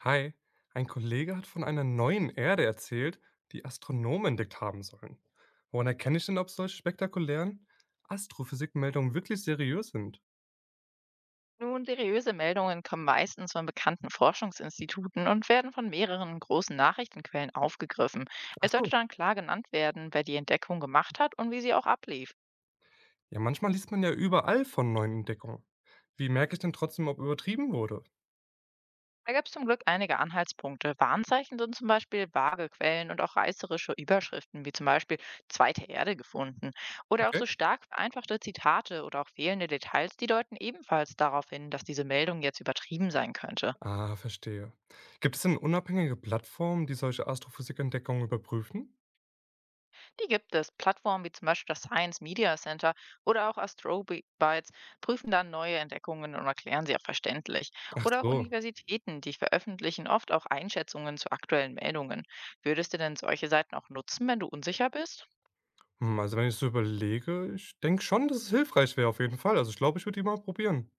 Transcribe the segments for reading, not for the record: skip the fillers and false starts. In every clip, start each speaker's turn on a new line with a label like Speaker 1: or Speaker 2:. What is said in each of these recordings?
Speaker 1: Hi, ein Kollege hat von einer neuen Erde erzählt, die Astronomen entdeckt haben sollen. Woran erkenne ich denn, ob solche spektakulären Astrophysikmeldungen wirklich seriös sind?
Speaker 2: Nun, seriöse Meldungen kommen meistens von bekannten Forschungsinstituten und werden von mehreren großen Nachrichtenquellen aufgegriffen.
Speaker 1: Ach
Speaker 2: Es
Speaker 1: so,
Speaker 2: sollte dann klar genannt werden, wer die Entdeckung gemacht hat und wie sie auch ablief.
Speaker 1: ja, manchmal liest man ja überall von neuen Entdeckungen. Wie merke ich denn trotzdem, ob übertrieben wurde?
Speaker 2: Da gibt es zum Glück einige Anhaltspunkte. Warnzeichen sind zum Beispiel vage Quellen und auch reißerische Überschriften, wie zum Beispiel zweite Erde gefunden. Oder auch
Speaker 1: Okay.
Speaker 2: so stark vereinfachte Zitate oder auch fehlende Details, die deuten ebenfalls darauf hin, dass diese Meldung jetzt übertrieben sein könnte.
Speaker 1: Ah, verstehe. Gibt es denn unabhängige Plattformen, die solche Astrophysikentdeckungen überprüfen?
Speaker 2: Die gibt es. Plattformen wie zum Beispiel das Science Media Center oder auch Astrobytes prüfen dann neue Entdeckungen und erklären sie auch verständlich.
Speaker 1: Ach
Speaker 2: Oder auch
Speaker 1: so.
Speaker 2: Universitäten, die veröffentlichen oft auch Einschätzungen zu aktuellen Meldungen. Würdest du denn solche Seiten auch nutzen, wenn du unsicher bist?
Speaker 1: Also wenn ich so überlege, ich denke schon, dass es hilfreich wäre auf jeden Fall. Also ich glaube, ich würde die mal probieren.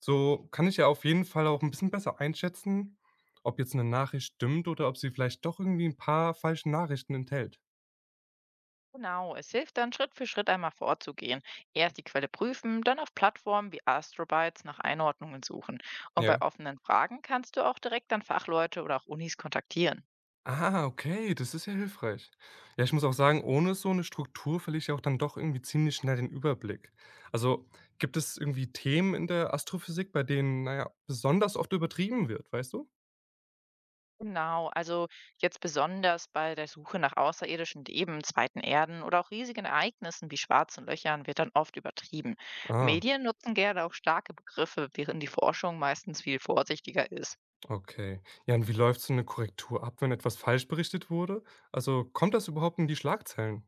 Speaker 1: So kann ich ja auf jeden Fall auch ein bisschen besser einschätzen, ob jetzt 'ne Nachricht stimmt oder ob sie vielleicht doch irgendwie 'n paar falsche Nachrichten enthält.
Speaker 2: Genau, es hilft dann Schritt für Schritt einmal vorzugehen. Erst die Quelle prüfen, dann auf Plattformen wie Astrobytes nach Einordnungen suchen. Und bei
Speaker 1: Ja.
Speaker 2: offenen Fragen kannst du auch direkt dann Fachleute oder auch Unis kontaktieren.
Speaker 1: Ah, okay, das ist ja hilfreich. Ja, ich muss auch sagen, ohne so 'ne Struktur verliere ich ja auch dann doch irgendwie ziemlich schnell den Überblick. Also, gibt es irgendwie Themen in der Astrophysik, bei denen, na ja, besonders oft übertrieben wird, weißt du?
Speaker 2: Genau, also jetzt besonders bei der Suche nach außerirdischen Leben, zweiten Erden oder auch riesigen Ereignissen wie schwarzen Löchern wird dann oft übertrieben.
Speaker 1: Ah.
Speaker 2: Medien nutzen gerne auch starke Begriffe, während die Forschung meistens viel vorsichtiger ist.
Speaker 1: Okay. Ja, und wie läuft so 'ne Korrektur ab, wenn etwas falsch berichtet wurde? Also, kommt das überhaupt in die Schlagzeilen?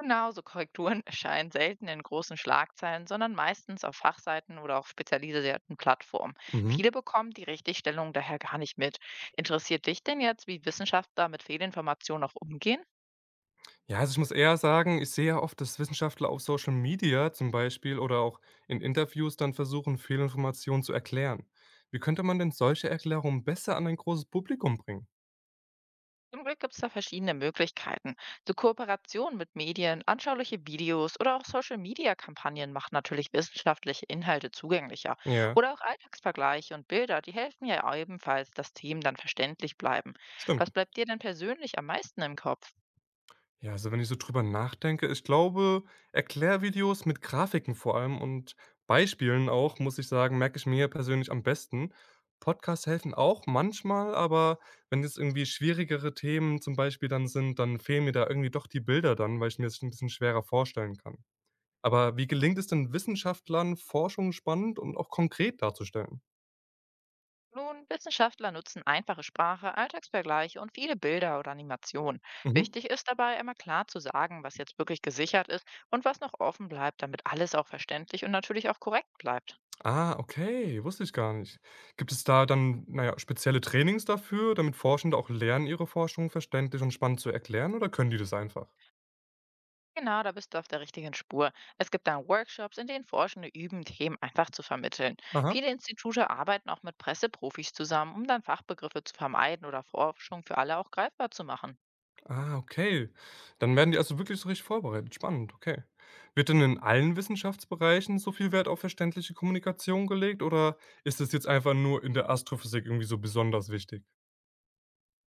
Speaker 2: Genauso Korrekturen erscheinen selten in großen Schlagzeilen, sondern meistens auf Fachseiten oder auch spezialisierten Plattformen.
Speaker 1: Mhm.
Speaker 2: Viele bekommen die Richtigstellung daher gar nicht mit. Interessiert dich denn jetzt, wie Wissenschaftler mit Fehlinformationen auch umgehen?
Speaker 1: Ja, also ich muss eher sagen, ich sehe ja oft, dass Wissenschaftler auf Social Media zum Beispiel oder auch in Interviews dann versuchen, Fehlinformationen zu erklären. Wie könnte man denn solche Erklärungen besser an ein großes Publikum bringen?
Speaker 2: Zum Glück gibt es da verschiedene Möglichkeiten. So Kooperationen mit Medien, anschauliche Videos oder auch Social-Media-Kampagnen machen natürlich wissenschaftliche Inhalte zugänglicher.
Speaker 1: Ja,
Speaker 2: Oder auch Alltagsvergleiche und Bilder, die helfen ja ebenfalls, dass Themen dann verständlich bleiben.
Speaker 1: stimmt.
Speaker 2: Was bleibt dir denn persönlich am meisten im Kopf?
Speaker 1: Ja, also wenn ich so drüber nachdenke, ich glaube, Erklärvideos mit Grafiken vor allem und Beispielen auch, muss ich sagen, merke ich mir persönlich am besten. Podcasts helfen auch manchmal, aber wenn jetzt irgendwie schwierigere Themen zum Beispiel dann sind, dann fehlen mir da irgendwie doch die Bilder dann, weil ich mir das ein bisschen schwerer vorstellen kann. Aber wie gelingt es denn Wissenschaftlern, Forschung spannend und auch konkret darzustellen?
Speaker 2: Nun, Wissenschaftler nutzen einfache Sprache, Alltagsvergleiche und viele Bilder oder Animationen.
Speaker 1: Mhm.
Speaker 2: Wichtig ist dabei, immer klar zu sagen, was jetzt wirklich gesichert ist und was noch offen bleibt, damit alles auch verständlich und natürlich auch korrekt bleibt.
Speaker 1: Ah, okay, wusste ich gar nicht. Gibt es da dann, naja, spezielle Trainings dafür, damit Forschende auch lernen, ihre Forschung verständlich und spannend zu erklären, oder können die das einfach?
Speaker 2: Genau, da bist du auf der richtigen Spur. Es gibt dann Workshops, in denen Forschende üben, Themen einfach zu vermitteln.
Speaker 1: Aha.
Speaker 2: Viele Institute arbeiten auch mit Presseprofis zusammen, um dann Fachbegriffe zu vermeiden oder Forschung für alle auch greifbar zu machen.
Speaker 1: Ah, okay. Dann werden die also wirklich so richtig vorbereitet. Spannend, okay. Wird denn in allen Wissenschaftsbereichen so viel Wert auf verständliche Kommunikation gelegt oder ist es jetzt einfach nur in der Astrophysik irgendwie so besonders wichtig?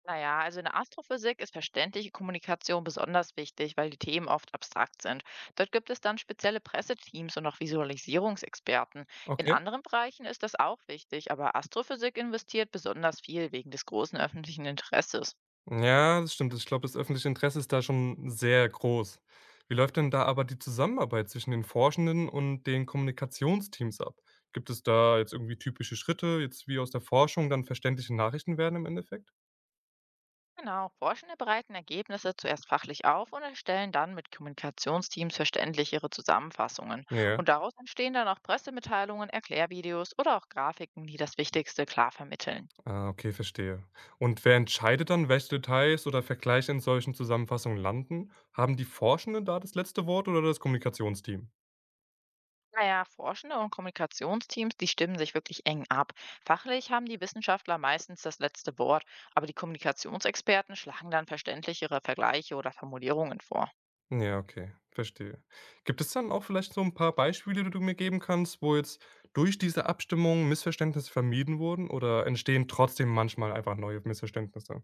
Speaker 2: Naja, also in der Astrophysik ist verständliche Kommunikation besonders wichtig, weil die Themen oft abstrakt sind. Dort gibt es dann spezielle Presseteams und auch Visualisierungsexperten. In
Speaker 1: Okay.
Speaker 2: anderen Bereichen ist das auch wichtig, aber Astrophysik investiert besonders viel wegen des großen öffentlichen Interesses.
Speaker 1: Ja, das stimmt. Ich glaube, das öffentliche Interesse ist da schon sehr groß. Wie läuft denn da aber die Zusammenarbeit zwischen den Forschenden und den Kommunikationsteams ab? Gibt es da jetzt irgendwie typische Schritte, jetzt wie aus der Forschung dann verständliche Nachrichten werden im Endeffekt?
Speaker 2: Genau, Forschende bereiten Ergebnisse zuerst fachlich auf und erstellen dann mit Kommunikationsteams verständlichere Zusammenfassungen.
Speaker 1: Ja.
Speaker 2: Und daraus entstehen dann auch Pressemitteilungen, Erklärvideos oder auch Grafiken, die das Wichtigste klar vermitteln.
Speaker 1: Ah, okay, verstehe. Und wer entscheidet dann, welche Details oder Vergleiche in solchen Zusammenfassungen landen? Haben die Forschenden da das letzte Wort oder das Kommunikationsteam?
Speaker 2: Naja, Forschende und Kommunikationsteams, die stimmen sich wirklich eng ab. Fachlich haben die Wissenschaftler meistens das letzte Wort, aber die Kommunikationsexperten schlagen dann verständlichere Vergleiche oder Formulierungen vor.
Speaker 1: Ja, okay, verstehe. Gibt es dann auch vielleicht so ein paar Beispiele, die du mir geben kannst, wo jetzt durch diese Abstimmung Missverständnisse vermieden wurden oder entstehen trotzdem manchmal einfach neue Missverständnisse?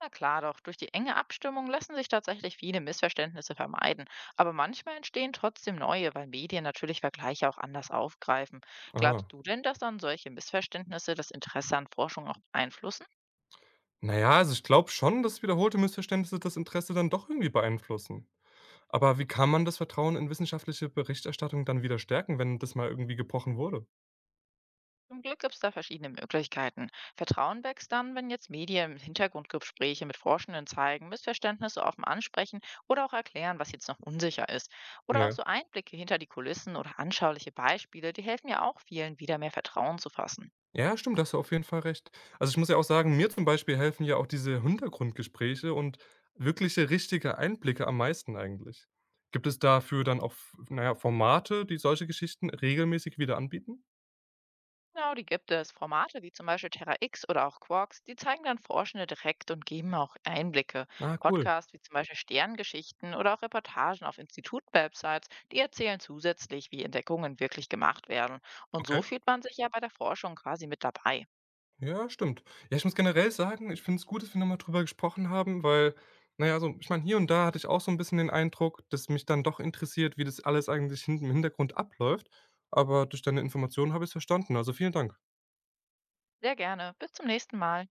Speaker 2: Na klar doch, durch die enge Abstimmung lassen sich tatsächlich viele Missverständnisse vermeiden, aber manchmal entstehen trotzdem neue, weil Medien natürlich Vergleiche auch anders aufgreifen. Glaubst
Speaker 1: Ah.
Speaker 2: du denn, dass dann solche Missverständnisse das Interesse an Forschung auch beeinflussen?
Speaker 1: Naja, also, ich glaube schon, dass wiederholte Missverständnisse das Interesse dann doch irgendwie beeinflussen. Aber wie kann man das Vertrauen in wissenschaftliche Berichterstattung dann wieder stärken, wenn das mal irgendwie gebrochen wurde?
Speaker 2: Zum Glück gibt es da verschiedene Möglichkeiten. Vertrauen wächst dann, wenn jetzt Medien im Hintergrund Gespräche mit Forschenden zeigen, Missverständnisse offen ansprechen oder auch erklären, was jetzt noch unsicher ist. Oder auch
Speaker 1: Ja.
Speaker 2: so Einblicke hinter die Kulissen oder anschauliche Beispiele, die helfen ja auch vielen, wieder mehr Vertrauen zu fassen.
Speaker 1: Ja, stimmt, da hast du auf jeden Fall recht. Also, ich muss ja auch sagen, mir zum Beispiel helfen ja auch diese Hintergrundgespräche und wirkliche, richtige Einblicke am meisten eigentlich. Gibt es dafür dann auch, f na ja, Formate, die solche Geschichten regelmäßig wieder anbieten?
Speaker 2: Genau, die gibt es. Formate wie zum Beispiel Terra X oder auch Quarks, die zeigen dann Forschende direkt und geben auch Einblicke.
Speaker 1: Ah, cool.
Speaker 2: Podcasts wie zum Beispiel Sterngeschichten oder auch Reportagen auf Institut-Websites, die erzählen zusätzlich, wie Entdeckungen wirklich gemacht werden. Und
Speaker 1: Okay.
Speaker 2: so fühlt man sich ja bei der Forschung quasi mit dabei.
Speaker 1: Ja, stimmt. Ja, ich muss generell sagen, ich finde es gut, dass wir nochmal drüber gesprochen haben, weil, naja, ja, so ich meine, hier und da hatte ich auch so ein bisschen den Eindruck, dass mich dann doch interessiert, wie das alles eigentlich hin im Hintergrund abläuft, aber durch deine Informationen habe ich es verstanden. Also, vielen Dank.
Speaker 2: Sehr gerne. Bis zum nächsten Mal.